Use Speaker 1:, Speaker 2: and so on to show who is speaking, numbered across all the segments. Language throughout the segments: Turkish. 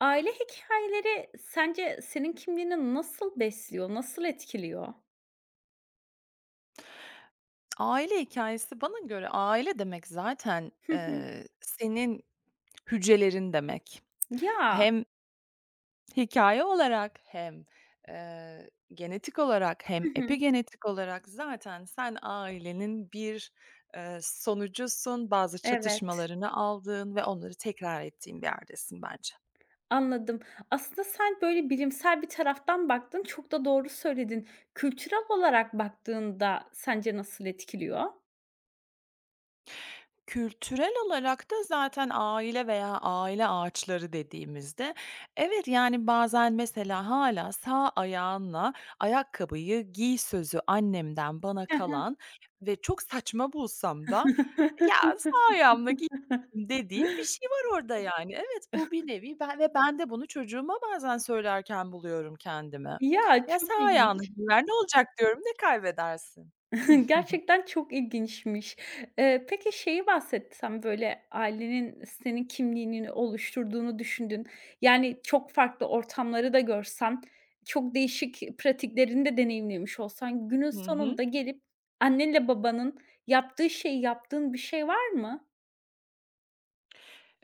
Speaker 1: Aile hikayeleri sence senin kimliğini nasıl besliyor, nasıl etkiliyor?
Speaker 2: Aile hikâyesi bana göre aile demek zaten,
Speaker 1: Hı hı.
Speaker 2: senin hücrelerin demek.
Speaker 1: Ya.
Speaker 2: Hem hikâye olarak hem, genetik olarak
Speaker 1: Hı
Speaker 2: hem
Speaker 1: hı.
Speaker 2: epigenetik olarak zaten sen ailenin bir, sonucusun. Bazı
Speaker 1: Evet,
Speaker 2: çatışmalarını aldığın ve onları tekrar ettiğin bir yerdesin bence.
Speaker 1: anladım. Aslında sen böyle bilimsel bir taraftan baktın, çok da doğru söyledin. Kültürel olarak baktığında sence nasıl etkiliyor?
Speaker 2: Kültürel olarak da zaten aile veya aile ağaçları dediğimizde, evet, yani, bazen mesela hala sağ ayağınla ayakkabıyı giy sözü annemden bana
Speaker 1: Hı hı.
Speaker 2: kalan ve çok saçma bulsam da, ya, sağ ayağımla giy dediğim bir şey var orada, yani. Evet, bu bir nevi ben ve ben de bunu çocuğuma bazen söylerken buluyorum kendimi.
Speaker 1: Ya,
Speaker 2: "Ya, sağ
Speaker 1: çok
Speaker 2: ayağınla
Speaker 1: ilginç.
Speaker 2: giyer ne olacak?" diyorum, "Ne kaybedersin?"
Speaker 1: Gerçekten çok ilginçmiş. Peki şeyi bahsetsem, böyle, ailenin senin kimliğini oluşturduğunu düşündün. Yani çok farklı ortamları da görsen, çok değişik pratiklerini de deneyimlemiş olsan günün
Speaker 2: Hı hı.
Speaker 1: sonunda gelip annenle babanın yaptığı şeyi yaptığın bir şey var mı?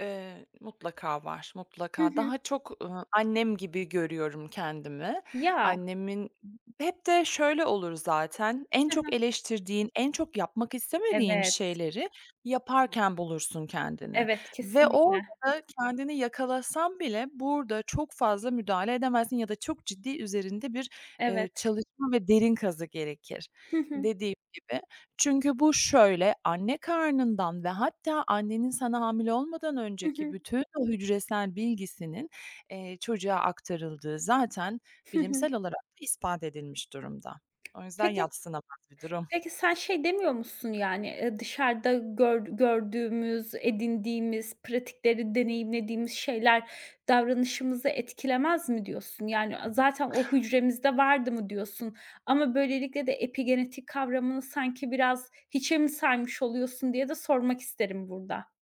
Speaker 2: Mutlaka var,
Speaker 1: Hı
Speaker 2: mutlaka.
Speaker 1: hı.
Speaker 2: Daha çok, annem gibi görüyorum kendimi.
Speaker 1: Ya.
Speaker 2: Annemin hep de şöyle olur zaten, en
Speaker 1: Hı
Speaker 2: çok
Speaker 1: hı.
Speaker 2: eleştirdiğin, en çok yapmak istemediğin
Speaker 1: Evet,
Speaker 2: şeyleri yaparken bulursun kendini
Speaker 1: evet,
Speaker 2: ve
Speaker 1: kesinlikle.
Speaker 2: orada kendini yakalasan bile burada çok fazla müdahale edemezsin ya da çok ciddi üzerinde bir,
Speaker 1: Evet.
Speaker 2: çalışma ve derin kazı gerekir.
Speaker 1: Hı hı.
Speaker 2: Dediğim gibi çünkü bu şöyle, anne karnından ve hatta annenin sana hamile olmadan
Speaker 1: Hı
Speaker 2: önceki
Speaker 1: hı.
Speaker 2: bütün o hücresel bilgisinin, çocuğa aktarıldığı zaten
Speaker 1: Hı hı.
Speaker 2: bilimsel olarak da ispat edilmiş durumda. O yüzden
Speaker 1: Peki
Speaker 2: yadsınamaz bir durum.
Speaker 1: Peki sen şey demiyor musun yani, dışarıda gördüğümüz, edindiğimiz, pratikleri deneyimlediğimiz şeyler davranışımızı etkilemez mi diyorsun? Yani, zaten o hücremizde vardı mı diyorsun ama böylelikle de epigenetik kavramını sanki biraz hiçe mi saymış oluyorsun diye de sormak isterim burada.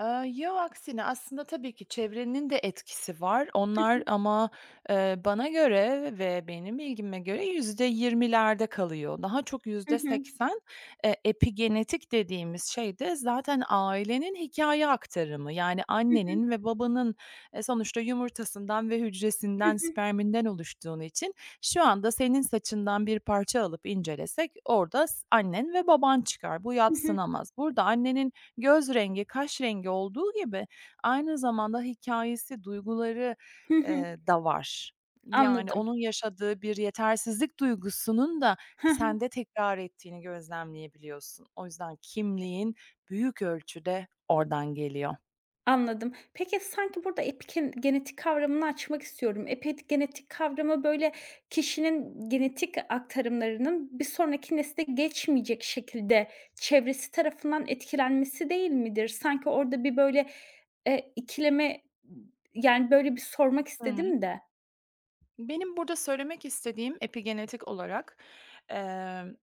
Speaker 2: Yo, aksine aslında tabii ki çevrenin de etkisi var. Onlar ama, bana göre ve benim bilgime göre %20'lerde kalıyor. Daha çok
Speaker 1: Hı hı. Hı hı.
Speaker 2: %80, epigenetik dediğimiz şey de zaten ailenin hikâye aktarımı. Yani
Speaker 1: Hı hı.
Speaker 2: annenin ve babanın, sonuçta yumurtasından ve
Speaker 1: Hı
Speaker 2: hücresinden,
Speaker 1: hı.
Speaker 2: sperminden oluştuğun için şu anda senin saçından bir parça alıp incelesek orada annen ve baban çıkar. Bu
Speaker 1: Hı hı.
Speaker 2: yadsınamaz. Burada annenin göz rengi, kaş rengi olduğu gibi aynı zamanda hikâyesi, duyguları,
Speaker 1: Hı hı.
Speaker 2: da var. Yani
Speaker 1: Anladım.
Speaker 2: onun yaşadığı bir yetersizlik duygusunun da sende tekrar ettiğini gözlemleyebiliyorsun. O yüzden kimliğin büyük ölçüde oradan geliyor.
Speaker 1: Anladım. Peki, sanki burada epigenetik kavramını açmak istiyorum. Epigenetik kavramı, böyle, kişinin genetik aktarımlarının bir sonraki nesle geçmeyecek şekilde çevresi tarafından etkilenmesi değil midir? Sanki orada bir, böyle, ikileme, yani, böyle, bir sormak
Speaker 2: Hı hı.
Speaker 1: istedim de.
Speaker 2: Benim burada söylemek istediğim epigenetik olarak, eee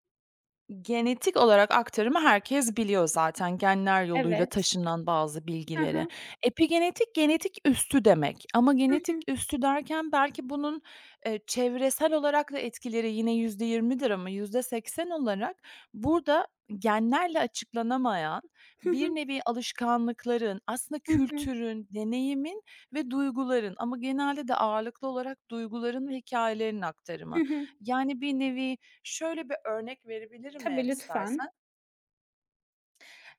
Speaker 2: genetik olarak aktarımı herkes biliyor zaten, genler yoluyla
Speaker 1: Evet.
Speaker 2: taşınan bazı
Speaker 1: Hı
Speaker 2: bilgileri.
Speaker 1: hı.
Speaker 2: Epigenetik, genetik üstü demek ama
Speaker 1: Hı
Speaker 2: genetik
Speaker 1: hı.
Speaker 2: üstü derken belki bunun, çevresel olarak da etkileri yine %20'dir ama %80 olarak burada genlerle açıklanamayan
Speaker 1: Hı
Speaker 2: bir
Speaker 1: hı.
Speaker 2: nevi alışkanlıkların, aslında
Speaker 1: Hı hı.
Speaker 2: kültürün, deneyimin ve duyguların ama genelde de ağırlıklı olarak duyguların ve hikayelerin
Speaker 1: Hı
Speaker 2: aktarımı.
Speaker 1: hı.
Speaker 2: Yani bir nevi. Şöyle bir örnek verebilirim eğer
Speaker 1: Tabii,
Speaker 2: istersen.
Speaker 1: lütfen.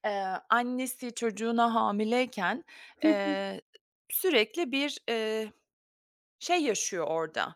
Speaker 2: Annesi çocuğuna hamileyken,
Speaker 1: Hı hı.
Speaker 2: eee, sürekli bir, şey yaşıyor orada,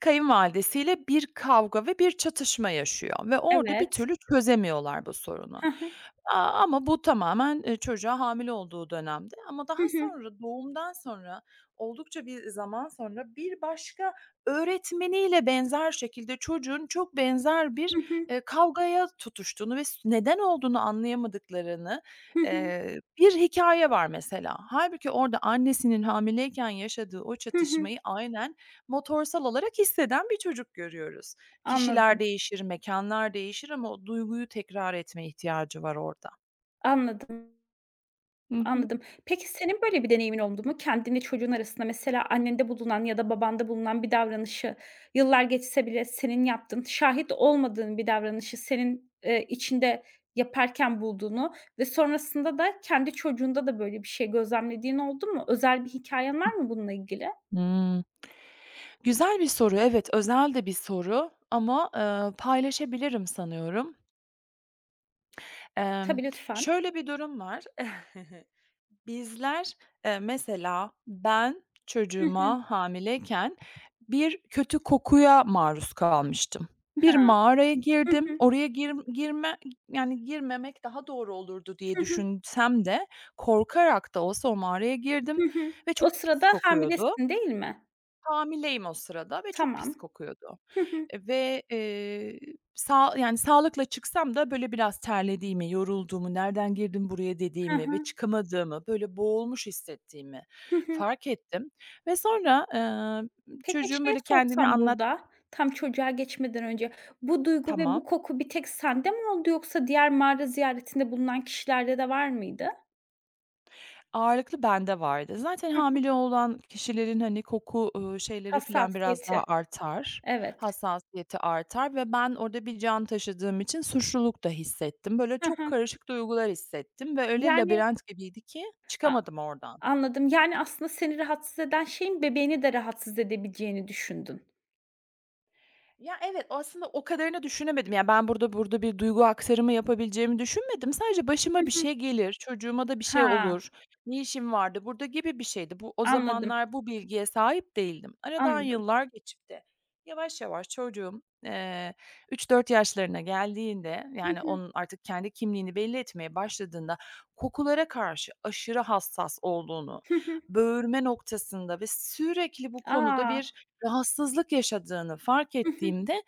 Speaker 2: kayınvalidesiyle bir kavga ve bir çatışma yaşıyor ve orada bir
Speaker 1: Evet.
Speaker 2: türlü çözemiyorlar bu sorunu.
Speaker 1: Hı hı.
Speaker 2: Ama bu tamamen, çocuğa hamile olduğu dönemde ama
Speaker 1: Hı
Speaker 2: daha
Speaker 1: hı.
Speaker 2: sonra doğumdan sonra oldukça bir zaman sonra bir başka öğretmeniyle benzer şekilde çocuğun çok benzer bir,
Speaker 1: Hı hı.
Speaker 2: kavgaya tutuştuğunu ve neden olduğunu anlayamadıklarını,
Speaker 1: Hı hı.
Speaker 2: bir hikaye var mesela. Halbuki orada annesinin hamileyken yaşadığı o
Speaker 1: Hı hı.
Speaker 2: çatışmayı aynen motorsal olarak hisseden bir çocuk görüyoruz.
Speaker 1: Anladım,
Speaker 2: Kişiler değişir, mekanlar değişir ama o duyguyu tekrar etme ihtiyacı var orada.
Speaker 1: anladım.
Speaker 2: Hı hı.
Speaker 1: Anladım. Peki, senin böyle bir deneyimin oldu mu? Kendini çocuğun arasında mesela annende bulunan ya da babanda bulunan bir davranışı yıllar geçse bile senin yaptığın, şahit olmadığın bir davranışı senin, içinde yaparken bulduğunu ve sonrasında da kendi çocuğunda da böyle bir şey gözlemlediğin oldu mu? Özel bir hikayen var mı bununla ilgili?
Speaker 2: Hımm. Güzel bir soru. Evet, özel de bir soru ama, paylaşabilirim sanıyorum. Emm,
Speaker 1: Tabii, lütfen.
Speaker 2: Şöyle bir durum var. Bizler, mesela ben
Speaker 1: Hı hı.
Speaker 2: çocuğuma hamileyken bir kötü kokuya maruz kalmıştım. Bir
Speaker 1: Ha.
Speaker 2: mağaraya
Speaker 1: Hı
Speaker 2: girdim.
Speaker 1: hı.
Speaker 2: Oraya girme, yani girmemek daha doğru olurdu diye
Speaker 1: Hı hı.
Speaker 2: düşünsem de korkarak da olsa o mağaraya
Speaker 1: Hı
Speaker 2: girdim
Speaker 1: hı.
Speaker 2: ve
Speaker 1: O
Speaker 2: çok pis
Speaker 1: sırada
Speaker 2: kokuyordu.
Speaker 1: hamilesin, değil mi?
Speaker 2: Hamileyim o sırada ve çok pis
Speaker 1: Tamam.
Speaker 2: kokuyordu.
Speaker 1: Hı hı.
Speaker 2: Ve, sağ yani, sağlıkla çıksam da, böyle, biraz terlediğimi, yorulduğumu, "Nereden girdim buraya?"
Speaker 1: Hı
Speaker 2: dediğimi ve
Speaker 1: hı.
Speaker 2: çıkamadığımı, böyle, boğulmuş hissettiğimi
Speaker 1: Hı hı.
Speaker 2: fark ettim ve sonra,
Speaker 1: Peki
Speaker 2: çocuğun,
Speaker 1: şey
Speaker 2: böyle, kendini
Speaker 1: sorsam
Speaker 2: anlat.
Speaker 1: burada, tam çocuğa geçmeden önce, bu duygu ve bu
Speaker 2: Tamam.
Speaker 1: koku bir tek sende mi oldu yoksa diğer mağara ziyaretinde bulunan kişilerde de var mıydı? Hı.
Speaker 2: Ağırlıklı bende vardı. Zaten hamile olan kişilerin, hani, koku, şeyleri filan biraz
Speaker 1: Hassasiyeti.
Speaker 2: daha artar,
Speaker 1: Evet.
Speaker 2: hassasiyeti artar ve ben orada bir can taşıdığım için suçluluk da hissettim. Böyle
Speaker 1: Hı
Speaker 2: çok
Speaker 1: hı.
Speaker 2: karışık duygular hissettim ve öyle
Speaker 1: Yani,
Speaker 2: labirent gibiydi ki
Speaker 1: a
Speaker 2: çıkamadım oradan.
Speaker 1: anladım. Yani aslında seni rahatsız eden şeyin bebeğini de rahatsız edebileceğini düşündün.
Speaker 2: Ya, evet, aslında o kadarını düşünemedim. Ya, ben burada bir duygu aktarımı yapabileceğimi düşünmedim. Sadece
Speaker 1: Hı
Speaker 2: başıma bir
Speaker 1: hı.
Speaker 2: şey gelir, çocuğuma da bir şey
Speaker 1: Ha,
Speaker 2: olur, ne işim vardı burada gibi bir şeydi. O
Speaker 1: anladım,
Speaker 2: zamanlar bu bilgiye sahip değildim. Aradan
Speaker 1: anladım.
Speaker 2: yıllar geçip de yavaş yavaş çocuğum, 3-4 yaşlarına geldiğinde,
Speaker 1: Hı
Speaker 2: yani,
Speaker 1: hı.
Speaker 2: onun artık kendi kimliğini belli etmeye başladığında kokulara karşı aşırı hassas olduğunu,
Speaker 1: Hı hı.
Speaker 2: böğürme noktasında ve sürekli bu konuda
Speaker 1: A!
Speaker 2: bir, rahatsızlık yaşadığını fark
Speaker 1: Hı hı.
Speaker 2: ettiğimde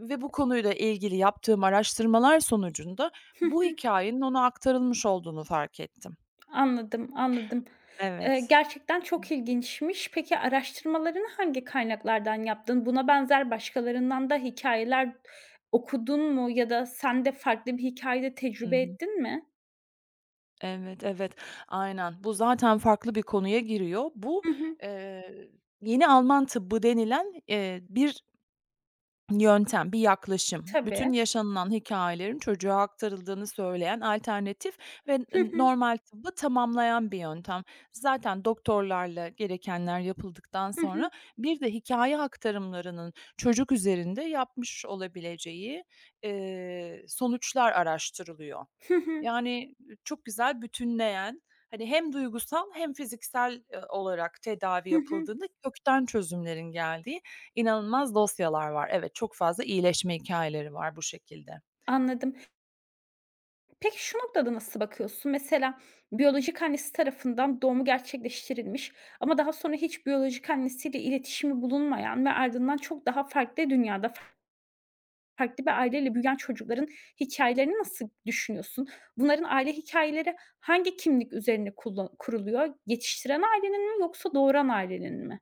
Speaker 2: ve bu konuyla ilgili yaptığım araştırmalar sonucunda
Speaker 1: Hı
Speaker 2: bu
Speaker 1: hı.
Speaker 2: hikayenin ona aktarılmış olduğunu fark ettim.
Speaker 1: Anladım, anladım.
Speaker 2: Evet.
Speaker 1: Gerçekten
Speaker 2: Hı.
Speaker 1: çok ilginçmiş. Peki araştırmalarını hangi kaynaklardan yaptın? Buna benzer başkalarından da hikayeler okudun mu ya da sen de farklı bir hikâyede
Speaker 2: Hı
Speaker 1: tecrübe
Speaker 2: hı.
Speaker 1: ettin mi?
Speaker 2: Evet, evet. Aynen. Bu zaten farklı bir konuya giriyor. Bu,
Speaker 1: Hı hı.
Speaker 2: eee, yeni Alman tıbbı denilen, bir yöntem, bir yaklaşım. Bütün
Speaker 1: Tabii.
Speaker 2: yaşanılan hikayelerin çocuğa aktarıldığını söyleyen alternatif ve
Speaker 1: Hı hı.
Speaker 2: normal tıbbı tamamlayan bir yöntem. Zaten doktorlarla gerekenler yapıldıktan
Speaker 1: Hı hı.
Speaker 2: sonra bir de hikaye aktarımlarının çocuk üzerinde yapmış olabileceği, sonuçlar araştırılıyor.
Speaker 1: Hı hı.
Speaker 2: Yani, çok güzel bütünleyen, hani, hem duygusal hem fiziksel, olarak tedavi
Speaker 1: Hı hı.
Speaker 2: yapıldığında kökten çözümlerin geldiği inanılmaz dosyalar var. Evet, çok fazla iyileşme hikayeleri var bu şekilde.
Speaker 1: Anladım. Peki şu noktada nasıl bakıyorsun? Mesela biyolojik annesi tarafından doğumu gerçekleştirilmiş ama daha sonra hiç biyolojik annesiyle iletişimi bulunmayan ve ardından çok daha farklı dünyada farklı bir aileyle büyüyen çocukların hikâyelerini nasıl düşünüyorsun? Bunların aile hikâyeleri hangi kimlik üzerine kuruluyor? Yetiştiren ailenin mi yoksa doğuran ailenin mi?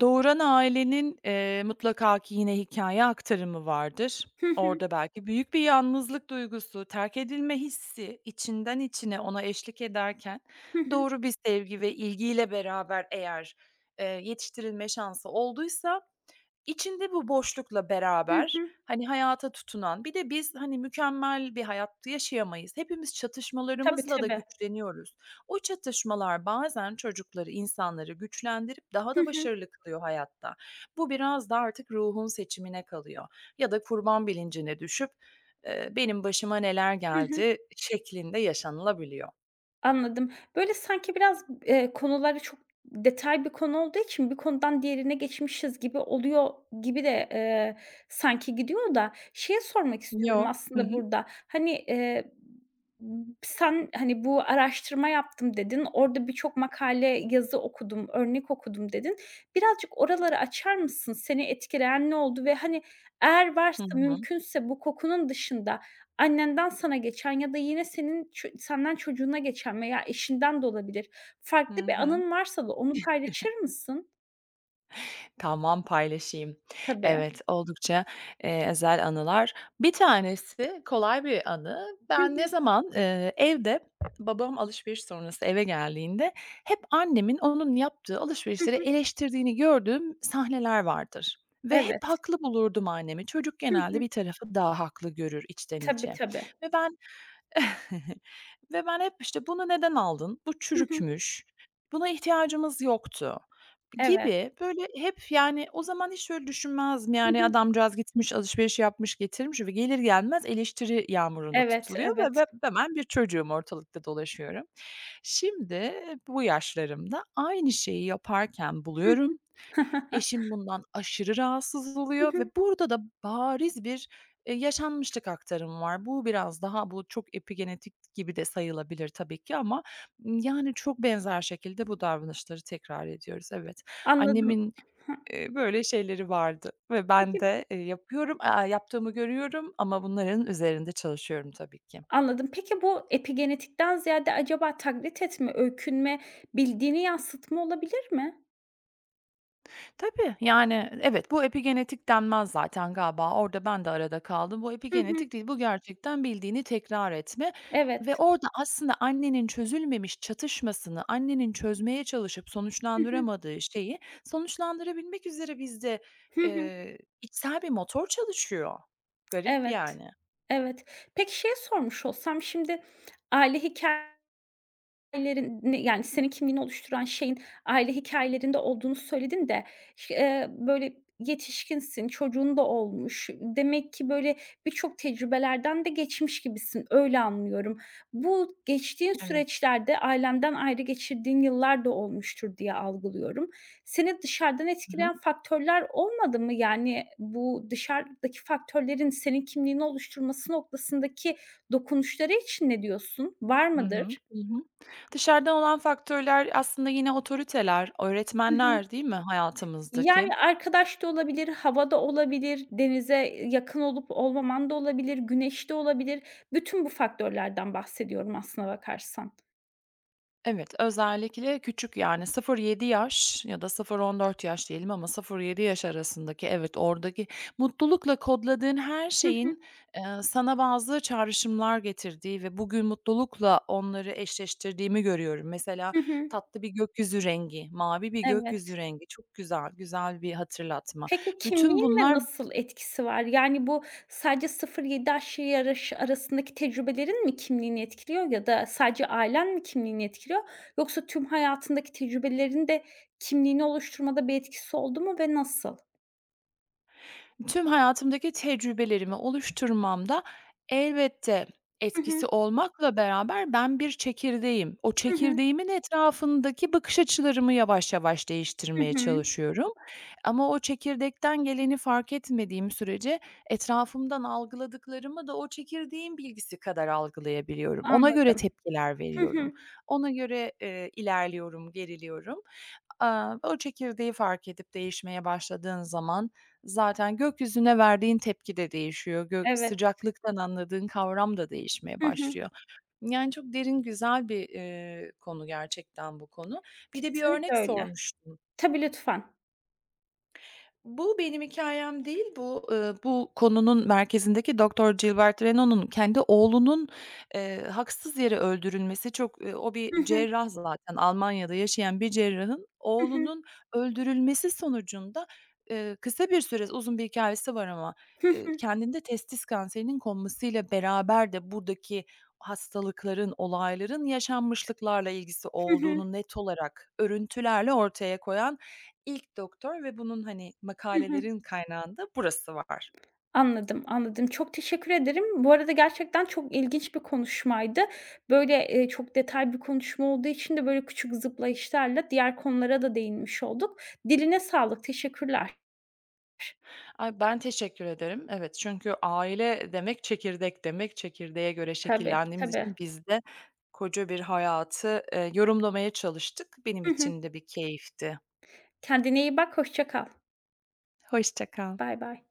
Speaker 2: Doğuran ailenin, mutlaka ki yine hikaye aktarımı vardır.
Speaker 1: Hı hı.
Speaker 2: Orada belki büyük bir yalnızlık duygusu, terk edilme hissi içinden içine ona eşlik ederken
Speaker 1: Hı hı.
Speaker 2: doğru bir sevgi ve ilgiyle beraber eğer, yetiştirilme şansı olduysa İçinde bu boşlukla
Speaker 1: Hı
Speaker 2: beraber,
Speaker 1: hı.
Speaker 2: hani, hayata tutunan bir de biz, hani, mükemmel bir hayat yaşayamayız. Hepimiz
Speaker 1: Tabii,
Speaker 2: çatışmalarımızla da
Speaker 1: tabii.
Speaker 2: güçleniyoruz. O çatışmalar bazen çocukları, insanları güçlendirip daha
Speaker 1: Hı
Speaker 2: da
Speaker 1: hı.
Speaker 2: başarılı kılıyor hayatta. Bu biraz da artık ruhun seçimine kalıyor ya da kurban bilincine düşüp, "Benim başıma neler
Speaker 1: Hı hı.
Speaker 2: geldi?" şeklinde yaşanılabiliyor.
Speaker 1: Anladım. Böyle, sanki biraz, konuları çok detay bir konu olduğu için bir konudan diğerine geçmişiz gibi oluyor gibi de, sanki gidiyor da şeyi sormak istiyorum
Speaker 2: Yo. Hı
Speaker 1: aslında
Speaker 2: hı.
Speaker 1: burada. Hani, sen, hani, bu araştırma yaptım dedin, orada birçok makale, yazı okudum, örnek okudum dedin. Birazcık oraları açar mısın? Seni etkileyen ne oldu ve, hani, eğer
Speaker 2: Hı
Speaker 1: varsa,
Speaker 2: hı.
Speaker 1: mümkünse bu kokunun dışında annenden sana geçen ya da yine senin senden çocuğuna geçen veya eşinden de olabilir.
Speaker 2: Hı
Speaker 1: Farklı bir
Speaker 2: hı.
Speaker 1: anın varsa da onu paylaşır mısın?
Speaker 2: Tamam, paylaşayım.
Speaker 1: Tabii.
Speaker 2: Evet, oldukça, özel anılar. Bir tanesi kolay bir anı.
Speaker 1: Hı
Speaker 2: Ben ne
Speaker 1: hı,
Speaker 2: zaman, evde babam alışveriş sonrası eve geldiğinde hep annemin onun yaptığı
Speaker 1: hı
Speaker 2: alışverişleri
Speaker 1: hı.
Speaker 2: eleştirdiğini gördüğüm sahneler vardır ve hep
Speaker 1: Evet.
Speaker 2: haklı bulurdum annemi. Çocuk
Speaker 1: Hı
Speaker 2: genelde
Speaker 1: hı.
Speaker 2: bir tarafı daha haklı görür içten
Speaker 1: Tabii,
Speaker 2: içe
Speaker 1: tabii.
Speaker 2: ve ben ve ben hep, işte, "Bunu neden aldın? Bu
Speaker 1: Hı hı.
Speaker 2: çürükmüş. Buna ihtiyacımız yoktu."
Speaker 1: Evet.
Speaker 2: gibi, böyle, hep, yani, o zaman hiç öyle düşünmezdim.
Speaker 1: Hı hı.
Speaker 2: Yani, adamcağız gitmiş, alışveriş yapmış, getirmiş ve gelir gelmez eleştiri yağmuruna
Speaker 1: Evet,
Speaker 2: tutuluyor
Speaker 1: evet.
Speaker 2: ve hemen bir çocuğum, ortalıkta dolaşıyorum. Şimdi bu yaşlarımda aynı şeyi yaparken buluyorum.
Speaker 1: Hıh.
Speaker 2: Eşim bundan aşırı rahatsız
Speaker 1: Hı
Speaker 2: oluyor ve
Speaker 1: hı.
Speaker 2: burada da bariz bir, yaşanmışlık aktarımı var. Bu biraz daha bu çok epigenetik gibi de sayılabilir tabii ki ama, yani, çok benzer şekilde bu davranışları tekrar ediyoruz. Evet,
Speaker 1: Anladım.
Speaker 2: annemin,
Speaker 1: Hı.
Speaker 2: böyle şeyleri vardı ve ben
Speaker 1: Peki
Speaker 2: de, yapıyorum, yaptığımı görüyorum ama bunların üzerinde çalışıyorum tabii ki.
Speaker 1: Anladım. Peki bu epigenetikten ziyade acaba taklit etme, öykünme, bildiğini yansıtma olabilir mi?
Speaker 2: Tabii, yani, evet, bu epigenetik denmez zaten galiba. Orada ben de arada kaldım. Bu
Speaker 1: Hı hı.
Speaker 2: epigenetik değil, bu gerçekten bildiğini tekrar etme
Speaker 1: Evet.
Speaker 2: ve orada aslında annenin çözülmemiş çatışmasını, annenin çözmeye çalışıp
Speaker 1: Hı hı.
Speaker 2: sonuçlandıramadığı şeyi sonuçlandırabilmek üzere bizde,
Speaker 1: Hı hı.
Speaker 2: içsel bir motor çalışıyor. Garip
Speaker 1: Evet.
Speaker 2: yani.
Speaker 1: Evet. Peki şey sormuş olsam şimdi aile hikâyelerin yani senin kimliğini oluşturan şeyin aile hikâyelerinde olduğunu söyledin de ş böyle yetişkinsin, çocuğun da olmuş. Demek ki böyle birçok tecrübelerden de geçmiş gibisin, öyle anlıyorum. Bu geçtiğin
Speaker 2: Evet.
Speaker 1: süreçlerde ailenden ayrı geçirdiğin yıllar da olmuştur diye algılıyorum. Seni dışarıdan
Speaker 2: Hı hı.
Speaker 1: etkileyen faktörler olmadı mı? Yani bu dışarıdaki faktörlerin senin kimliğini oluşturması noktasındaki dokunuşları için ne diyorsun? Var
Speaker 2: Hı hı.
Speaker 1: mıdır?
Speaker 2: Hı hı. Dışarıdan olan faktörler aslında yine otoriteler,
Speaker 1: Hı hı.
Speaker 2: öğretmenler değil mi hayatımızdaki?
Speaker 1: Yani, arkadaş da olabilir, havada olabilir, denize yakın olup olmaman da olabilir, güneş de olabilir. Bütün bu faktörlerden bahsediyorum aslına bakarsan.
Speaker 2: Evet, özellikle küçük yani 0-7 yaş ya da 0-14 yaş diyelim ama 0-7 yaş arasındaki evet, oradaki mutlulukla kodladığın her
Speaker 1: Hı hı.
Speaker 2: şeyin, sana bazı çağrışımlar getirdiği ve bugün mutlulukla onları eşleştirdiğimi görüyorum. Mesela
Speaker 1: Hı hı.
Speaker 2: tatlı bir gökyüzü rengi, mavi bir gökyüzü
Speaker 1: Evet.
Speaker 2: rengi çok güzel, güzel bir hatırlatma.
Speaker 1: Peki
Speaker 2: Bütün
Speaker 1: kimliğinle
Speaker 2: bunlar
Speaker 1: nasıl etkisi var? Yani, bu sadece 0-7 yaş arasındaki tecrübelerin mi kimliğini etkiliyor ya da sadece ailen mi kimliğini etkiliyor? Yoksa tüm hayatındaki tecrübelerin de kimliğini oluşturmada bir etkisi oldu mu ve nasıl?
Speaker 2: Tüm hayatımdaki tecrübelerimi oluşturmamda elbette
Speaker 1: Hı
Speaker 2: etkisi
Speaker 1: hı.
Speaker 2: olmakla beraber ben bir çekirdeğim. O
Speaker 1: Hı hı.
Speaker 2: çekirdeğimin etrafındaki bakış açılarımı yavaş yavaş
Speaker 1: Hı
Speaker 2: değiştirmeye
Speaker 1: hı.
Speaker 2: çalışıyorum. Ama o çekirdekten geleni fark etmediğim sürece etrafımdan algıladıklarımı da o çekirdeğin bilgisi kadar algılayabiliyorum. Ona göre
Speaker 1: Anladım.
Speaker 2: tepkiler
Speaker 1: Hı hı.
Speaker 2: veriyorum. Ona göre, ilerliyorum, geriliyorum. O çekirdeği fark edip değişmeye başladığın zaman zaten gökyüzüne verdiğin tepki de değişiyor.
Speaker 1: Evet.
Speaker 2: Sıcaklıktan anladığın kavram da değişmeye
Speaker 1: Hı hı.
Speaker 2: başlıyor. Yani çok derin, güzel bir, konu gerçekten bu konu. Bir de bir
Speaker 1: Kesinlikle
Speaker 2: örnek
Speaker 1: öyle.
Speaker 2: sormuştun.
Speaker 1: Tabii, lütfen.
Speaker 2: Bu benim hikâyem değil. Bu konunun merkezindeki Doktor Gilbert Renault'un kendi oğlunun, haksız yere öldürülmesi çok, o bir
Speaker 1: Hı hı.
Speaker 2: cerrah zaten Almanya'da yaşayan bir cerrahın
Speaker 1: Hı hı.
Speaker 2: oğlunun öldürülmesi sonucunda, kısa bir süre uzun bir hikâyesi var ama,
Speaker 1: Hı hı.
Speaker 2: kendinde testis kanserinin konmasıyla beraber de buradaki hastalıkların, olayların yaşanmışlıklarla ilgisi
Speaker 1: Hı hı.
Speaker 2: olduğunu net olarak örüntülerle ortaya koyan İlk doktor ve bunun, hani,
Speaker 1: Hı hı.
Speaker 2: makalelerin kaynağında burası var.
Speaker 1: Anladım, anladım. Çok teşekkür ederim. Bu arada gerçekten çok ilginç bir konuşmaydı. Böyle, çok detaylı bir konuşma olduğu için de, böyle, küçük zıplayışlarla diğer konulara da değinmiş olduk. Diline sağlık, teşekkürler.
Speaker 2: Ay, ben teşekkür ederim. Evet, çünkü aile demek çekirdek demek. Çekirdeğe göre
Speaker 1: Tabii,
Speaker 2: şekillendiğimiz
Speaker 1: tabii.
Speaker 2: için biz de koca bir hayatı, yorumlamaya çalıştık. Benim
Speaker 1: Hı hı.
Speaker 2: için de bir keyifti.
Speaker 1: Kendine iyi bak, hoşça kal.
Speaker 2: Hoşça kal.
Speaker 1: Baybay.